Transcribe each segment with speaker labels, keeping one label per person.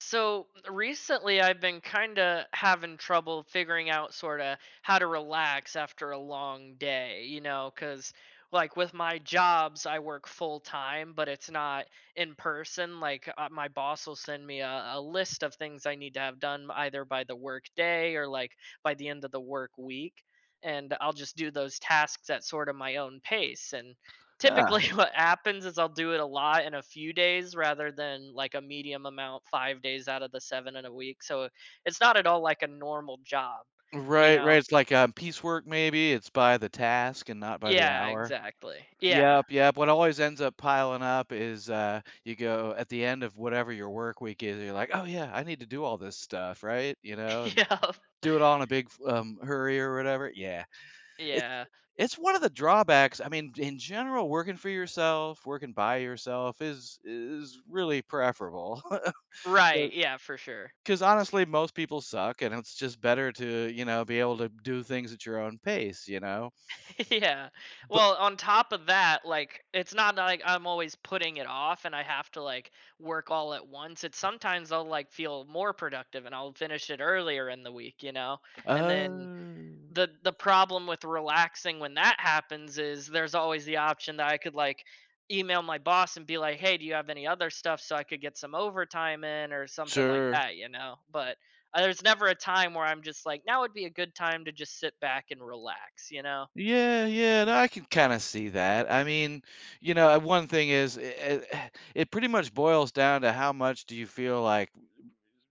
Speaker 1: So recently, I've been kind of having trouble figuring out sort of how to relax after a long day, you know, because like with my jobs, I work full time, but it's not in person. Like my boss will send me a list of things I need to have done either by the work day or like by the end of the work week. And I'll just do those tasks at sort of my own pace. And
Speaker 2: Ah,
Speaker 1: typically what happens is I'll do it a lot in a few days rather than like a medium amount 5 days out of the 7 in a week. So it's not at all like a normal job, you
Speaker 2: right, right,
Speaker 1: know?
Speaker 2: it's like, piecework maybe, it's by the task and not by the
Speaker 1: Yeah,
Speaker 2: hour.
Speaker 1: exactly. Yeah.
Speaker 2: Yep, yep, what always ends up piling up is, you go at the end of whatever your work week is, you're like, "Oh, yeah, I need to do all this stuff," right? You know, and
Speaker 1: yeah,
Speaker 2: do it all in a big, hurry or whatever. Yeah. It's
Speaker 1: Yeah.
Speaker 2: it's one of the drawbacks, I mean, in general, working for yourself, working by yourself is really preferable.
Speaker 1: Right. Yeah, for sure.
Speaker 2: 'Cause honestly, most people suck, and it's just better to, you know, be able to do things at your own pace, you know?
Speaker 1: Yeah.
Speaker 2: But
Speaker 1: Well, on top of that, like it's not like I'm always putting it off and I have to like work all at once. It's sometimes I'll like feel more productive and I'll finish it earlier in the week, you know? And then
Speaker 2: uh,
Speaker 1: the problem with relaxing when that happens is there's always the option that I could like email my boss and be like, "Hey, do you have any other stuff so I could get some overtime in or something like
Speaker 2: sure.
Speaker 1: that?" You know. But there's never a time where I'm just like, "Now would be a good time to just sit back and relax," you know.
Speaker 2: Yeah, yeah, no, I can kinda see that. I mean, you know, one thing is it pretty much boils down to how much do you feel like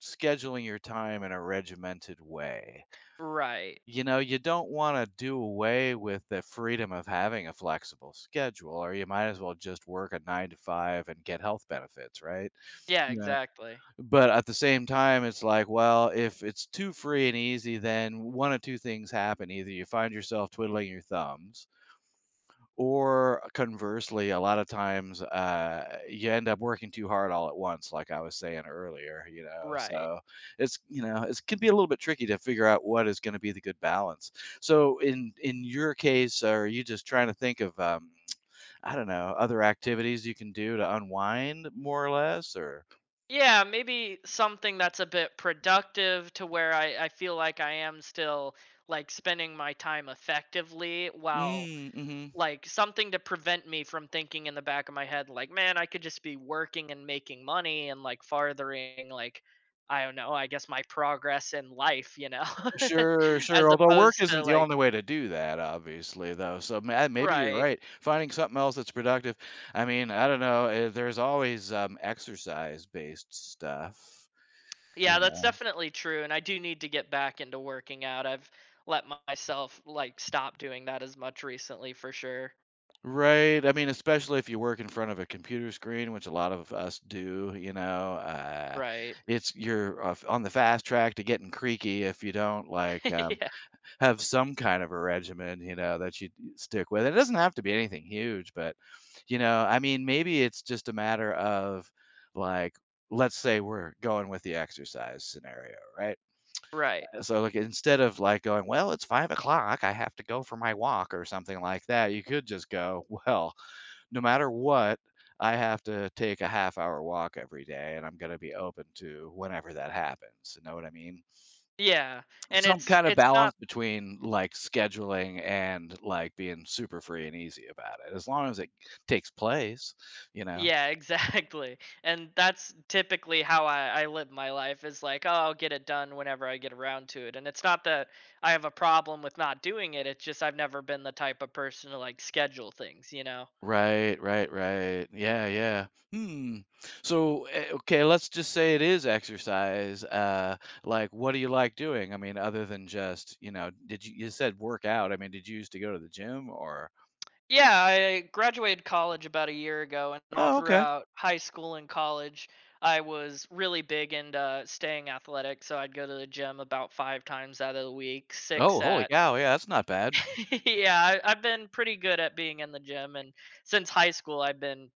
Speaker 2: scheduling your time in a regimented way.
Speaker 1: Right.
Speaker 2: You know, you don't wanna do away with the freedom of having a flexible schedule, or you might as well just work a 9 to 5 and get health benefits, right?
Speaker 1: Yeah,
Speaker 2: Yeah.
Speaker 1: exactly.
Speaker 2: But at the same time, it's like, well, if it's too free and easy, then one of two things happen. Either you find yourself twiddling your thumbs, or conversely, a lot of times you end up working too hard all at once, like I was saying earlier, you know.
Speaker 1: Right.
Speaker 2: So it's, you know, it can be a little bit tricky to figure out what is going to be the good balance. So in your case, are you just trying to think of, I don't know, other activities you can do to unwind, more or less, or
Speaker 1: Yeah, maybe something that's a bit productive to where I feel like I am still like spending my time effectively while
Speaker 2: mm, mhm.
Speaker 1: like something to prevent me from thinking in the back of my head like man I could just be working and making money and like farthering like I don't know I guess my progress in life you know
Speaker 2: Sure, sure,
Speaker 1: as
Speaker 2: although work
Speaker 1: opposed
Speaker 2: isn't
Speaker 1: to
Speaker 2: the only
Speaker 1: like
Speaker 2: way to do that, obviously, though, so ma maybe you're
Speaker 1: right
Speaker 2: right, finding something else that's productive. I mean, I don't know, there's always, exercise-based stuff, you
Speaker 1: yeah that's
Speaker 2: know.
Speaker 1: definitely true and I do need to get back into working out I've let myself like stop doing that as much recently for sure
Speaker 2: Right, I mean, especially if you work in front of a computer screen, which a lot of us do, you know,
Speaker 1: right
Speaker 2: it's you're, on the fast track to getting creaky if you don't, like,
Speaker 1: yeah
Speaker 2: have some kind of a regimen, you know, that you stick with. It doesn't have to be anything huge, but you know, I mean, maybe it's just a matter of like, let's say we're going with the exercise scenario, right?
Speaker 1: right
Speaker 2: So like instead of like going, well, it's 5 o'clock, I have to go for my walk or something like that, you could just go, well, no matter what, I have to take a half hour walk every day and I'm going to be open to whenever that happens. You know what I mean?
Speaker 1: yeah and
Speaker 2: Some
Speaker 1: it's
Speaker 2: kind of
Speaker 1: it's
Speaker 2: balance
Speaker 1: not
Speaker 2: between, like, scheduling and, like, being super free and easy about it, as long as it takes place, you know?
Speaker 1: Yeah, exactly. And that's typically how I live my life is like, oh, I'll get it done whenever I get around to it. And it's not that I have a problem with not doing it, it's just I've never been the type of person to like schedule things, you know?
Speaker 2: Right, right, right. Yeah, yeah. Hmm. So, okay, let's just say it is exercise, like, what do you like doing? I mean, other than just, you know, did you you said work out, I mean, did you used to go to the gym, or.
Speaker 1: Yeah, I graduated college about a year ago, and all
Speaker 2: Oh, okay.
Speaker 1: throughout high school and college, I was really big into staying athletic. So I'd go to the gym about five times out of the week, six
Speaker 2: Oh, holy
Speaker 1: at
Speaker 2: cow, yeah, that's not bad.
Speaker 1: yeah, I've been pretty good at being in the gym, and since high school, I've been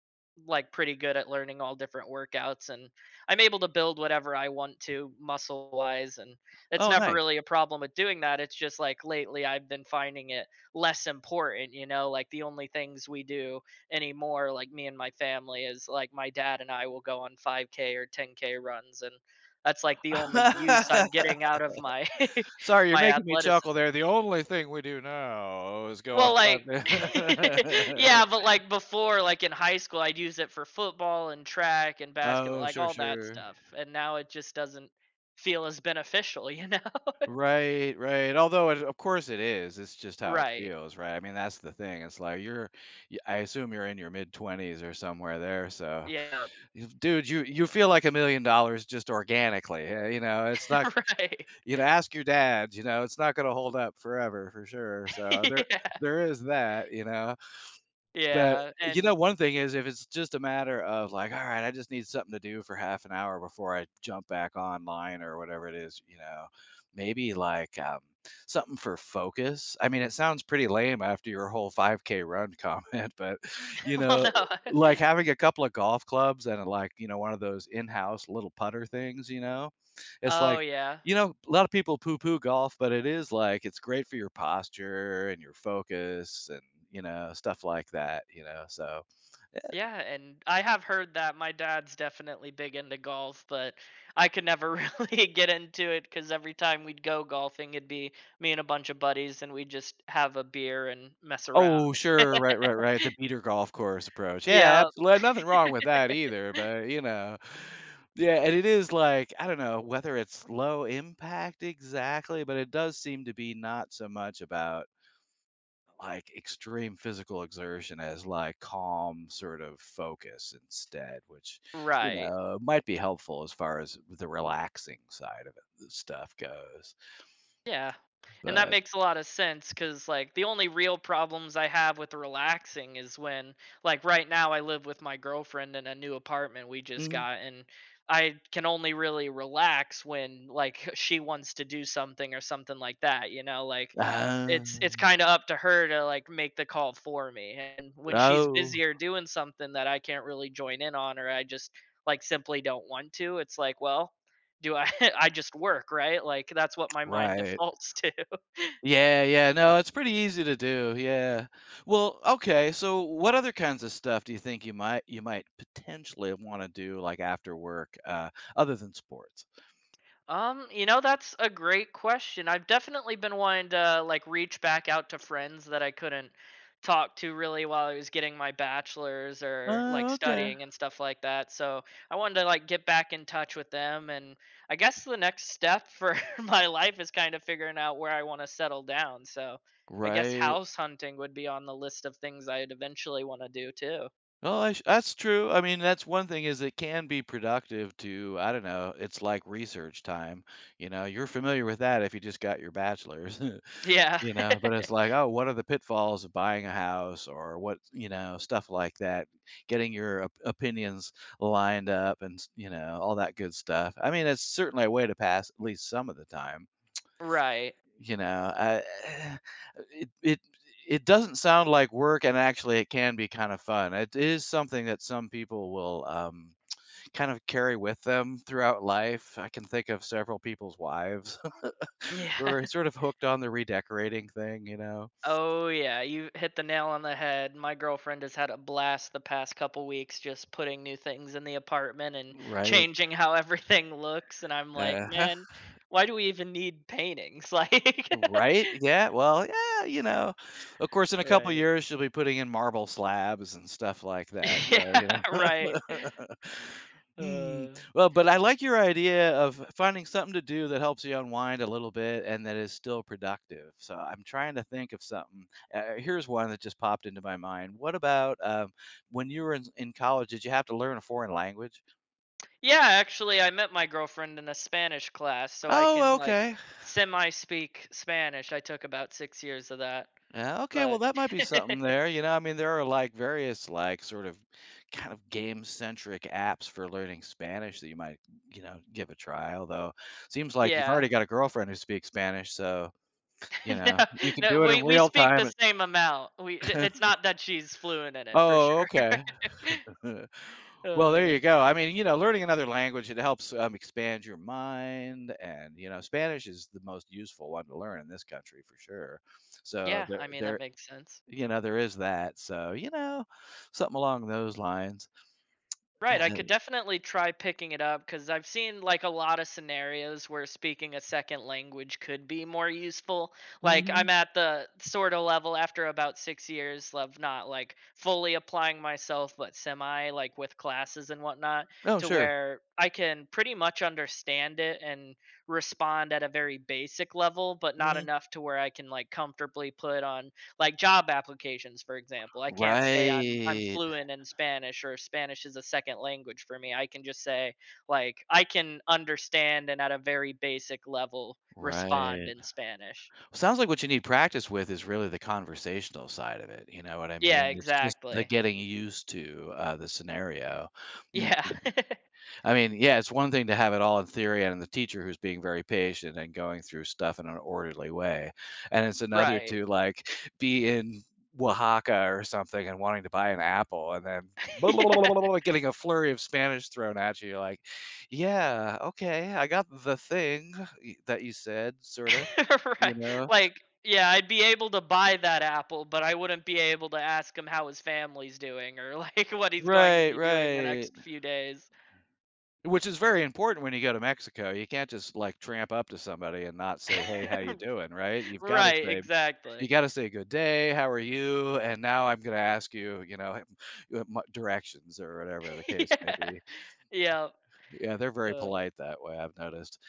Speaker 1: like pretty good at learning all different workouts, and I'm able to build whatever I want to muscle wise, and it's
Speaker 2: Oh,
Speaker 1: never
Speaker 2: nice.
Speaker 1: really a problem with doing that. It's just like lately, I've been finding it less important, you know, like the only things we do anymore, like me and my family, is like my dad and I will go on 5K or 10K runs, and that's like the only use I'm getting out of my
Speaker 2: Sorry, you're
Speaker 1: my
Speaker 2: making me chuckle
Speaker 1: athleticism.
Speaker 2: there. The only thing we do now is go
Speaker 1: Well,
Speaker 2: on pub.
Speaker 1: like yeah, but, like, before, like, in high school, I'd use it for football and track and basketball,
Speaker 2: Oh,
Speaker 1: like,
Speaker 2: sure,
Speaker 1: all that
Speaker 2: sure.
Speaker 1: stuff, and now it just doesn't feel as beneficial, you know?
Speaker 2: Right, right. Although it of course it is, it's just how it
Speaker 1: Right.
Speaker 2: feels, right? I mean, that's the thing. It's like you're, y I assume you're in your mid-20s or somewhere there, so
Speaker 1: Yeah.
Speaker 2: you dude, you feel like $1,000,000 just organically, you know? It's not,
Speaker 1: Right.
Speaker 2: you know, ask your dad, you know, it's not gonna hold up forever for sure, so there
Speaker 1: Yeah.
Speaker 2: there is that, you know? But,
Speaker 1: Yeah,
Speaker 2: you know,
Speaker 1: and
Speaker 2: one thing is if it's just a matter of like, "All right, I just need something to do for half an hour before I jump back online," or whatever it is, you know, maybe like, something for focus. I mean, it sounds pretty lame after your whole 5K run comment, but, you
Speaker 1: well,
Speaker 2: know,
Speaker 1: no.
Speaker 2: like having a couple of golf clubs and, like, you know, one of those in-house little putter things, you know? It's
Speaker 1: Oh,
Speaker 2: like,
Speaker 1: yeah.
Speaker 2: you know, a lot of people poo-poo golf, but it is like it's great for your posture and your focus and, you know, stuff like that, you know, so eh
Speaker 1: Yeah, and I have heard that my dad's definitely big into golf, but I could never really get into it because every time we'd go golfing, it'd be me and a bunch of buddies, and we'd just have a beer and mess around.
Speaker 2: Oh, sure, right, right, right, the beater golf course approach. Yeah,
Speaker 1: Yeah,
Speaker 2: absolutely, nothing wrong with that either, but, you know. Yeah, and it is like, I don't know whether it's low impact exactly, but it does seem to be not so much about like extreme physical exertion as like calm sort of focus instead, which, you
Speaker 1: right.
Speaker 2: know, might be helpful as far as the relaxing side of it, the stuff goes.
Speaker 1: Yeah, and that
Speaker 2: But.
Speaker 1: makes a lot of sense. Cause like, the only real problems I have with relaxing is when like, right now, I live with my girlfriend in a new apartment we just
Speaker 2: Mhm.
Speaker 1: got, and I can only really relax when, like, she wants to do something or something like that, you know? Like,
Speaker 2: Ah,
Speaker 1: it's kinda up to her to, like, make the call for me, and when she's
Speaker 2: oh,
Speaker 1: busy or doing something that I can't really join in on or I just, like, simply don't want to, it's like, "Well, do I I just work, right? Like that's what my mind
Speaker 2: right.
Speaker 1: defaults to.
Speaker 2: Yeah, yeah. No, it's pretty easy to do. Yeah. Well, okay. So, what other kinds of stuff do you think you might potentially want to do like after work, other than sports?
Speaker 1: You know, that's a great question. I've definitely been wanting to like reach back out to friends that I couldn't talk to really while I was getting my bachelor's or like
Speaker 2: Oh, okay.
Speaker 1: studying and stuff like that. So I wanted to like get back in touch with them and I guess the next step for my life is kind of figuring out where I want to settle down. So I guess
Speaker 2: Right.
Speaker 1: house hunting would be on the list of things I'd eventually want to do too.
Speaker 2: Well, I sh that's true. I mean, that's one thing is it can be productive to, I don't know, it's like research time, you know, you're familiar with that if you just got your bachelor's,
Speaker 1: Yeah.
Speaker 2: you know, but it's like, "Oh, what are the pitfalls of buying a house?" Or what, you know, stuff like that, getting your op opinions lined up and s you know, all that good stuff. I mean, it's certainly a way to pass at least some of the time.
Speaker 1: Right.
Speaker 2: You know, it it it doesn't sound like work, and actually, it can be kind of fun. It is something that some people will kind of carry with them throughout life. I can think of several people's wives who
Speaker 1: Yeah.
Speaker 2: are sort of hooked on the redecorating thing, you know?
Speaker 1: Oh, yeah. You hit the nail on the head. My girlfriend has had a blast the past couple weeks just putting new things in the apartment and
Speaker 2: Right.
Speaker 1: changing how everything looks. And I'm like,
Speaker 2: uh
Speaker 1: man, why do we even need paintings? Like,
Speaker 2: Right? Yeah. Well, yeah, you know. Of course, in a couple
Speaker 1: right.
Speaker 2: years, she'll be putting in marble slabs and stuff like that.
Speaker 1: Yeah,
Speaker 2: So, you
Speaker 1: right.
Speaker 2: know. Hmm.
Speaker 1: Uh,
Speaker 2: Well, but I like your idea of finding something to do that helps you unwind a little bit and that is still productive. So I'm trying to think of something. Here's one that just popped into my mind. What about, when you were in college? Did you have to learn a foreign language?
Speaker 1: yeah, actually, I met my girlfriend in a Spanish class, so I
Speaker 2: Oh,
Speaker 1: can like
Speaker 2: okay.
Speaker 1: semi speak Spanish. I took about 6 years of that.
Speaker 2: Yeah, okay. Well,
Speaker 1: But
Speaker 2: that might be something there. You know, I mean, there are like various like sort of kind of game centric apps for learning Spanish that you might, you know, give a try. Although seems like you've
Speaker 1: yeah.
Speaker 2: already got a girlfriend who speaks Spanish, so. You know,
Speaker 1: No,
Speaker 2: you can
Speaker 1: no,
Speaker 2: do it in
Speaker 1: we
Speaker 2: real
Speaker 1: speak the
Speaker 2: time.
Speaker 1: same amount. We it's not that she's fluent in it for
Speaker 2: Oh,
Speaker 1: sure.
Speaker 2: okay. Well, there
Speaker 1: Uh,
Speaker 2: you go. I mean, you know, learning another language, it helps, expand your mind and, you know, Spanish is the most useful one to learn in this country for sure. So
Speaker 1: yeah,
Speaker 2: there
Speaker 1: I mean, that
Speaker 2: there
Speaker 1: makes sense.
Speaker 2: you know, there is that. So, you know, something along those lines.
Speaker 1: Right, I could definitely try picking it up because I've seen like a lot of scenarios where speaking a second language could be more useful. Like I'm
Speaker 2: Mhm.
Speaker 1: at the sort of level after about 6 years of not like fully applying myself, but semi like with classes and whatnot,
Speaker 2: Oh,
Speaker 1: to
Speaker 2: sure.
Speaker 1: where I can pretty much understand it and respond at a very basic level, but not
Speaker 2: Mhm.
Speaker 1: enough to where I can like comfortably put on like job applications for example I can't say i'm
Speaker 2: Right.
Speaker 1: fluent in spanish or spanish is a second language for me I can just say like I can understand and at a very basic level respond
Speaker 2: Right.
Speaker 1: in spanish
Speaker 2: Sounds like what you need practice with is really the conversational side of it, you know what I mean?
Speaker 1: yeah
Speaker 2: It's just the
Speaker 1: exactly
Speaker 2: getting used to, the scenario. Mm,
Speaker 1: yeah
Speaker 2: yeah. I mean, yeah, it's one thing to have it all in theory and the teacher who's being very patient and going through stuff in an orderly way, and it's another
Speaker 1: right
Speaker 2: to, like, be in Oaxaca or something and wanting to buy an apple and then blah, blah, blah, blah,
Speaker 1: yeah
Speaker 2: blah, blah, getting a flurry of Spanish thrown at you. You're like, "Yeah, okay, I got the thing y that you said, sorta," you
Speaker 1: right
Speaker 2: know?
Speaker 1: like yeah I'd be able to buy that apple but I wouldn't be able to ask him how his family's doing or like what he's going to
Speaker 2: Right,
Speaker 1: be doing the
Speaker 2: right,
Speaker 1: next few days
Speaker 2: which is very important when you go to Mexico, you can't just, like, tramp up to somebody and not say, "Hey, how you doing," right?
Speaker 1: right
Speaker 2: You
Speaker 1: exactly
Speaker 2: gotta say, "Good day, how are you? And now I'm gonna ask you, you know, m m directions," or whatever the case may be.
Speaker 1: Yeah. Yeah,
Speaker 2: Yeah, they're very
Speaker 1: uh,
Speaker 2: polite that way, I've noticed.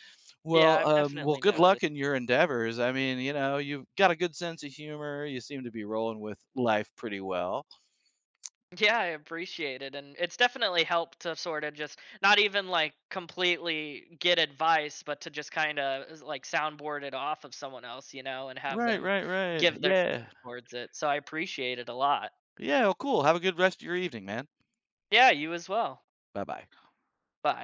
Speaker 1: yeah,
Speaker 2: Well,
Speaker 1: I've
Speaker 2: well,
Speaker 1: definitely
Speaker 2: good luck
Speaker 1: noticed.
Speaker 2: in your endeavors, I mean, you know, you've got a good sense of humor, you seem to be rolling with life pretty well.
Speaker 1: Yeah, I appreciate it, and it's definitely helped to sorta just not even, like, completely get advice, but to just kinda like, soundboard it off of someone else, you know, and have
Speaker 2: Right,
Speaker 1: them
Speaker 2: right, right,
Speaker 1: give their
Speaker 2: yeah.
Speaker 1: towards it, so I appreciate it a lot.
Speaker 2: Yeah, well, cool, have a good rest of your evening, man.
Speaker 1: Yeah, you as well.
Speaker 2: Bye bye.
Speaker 1: Bye.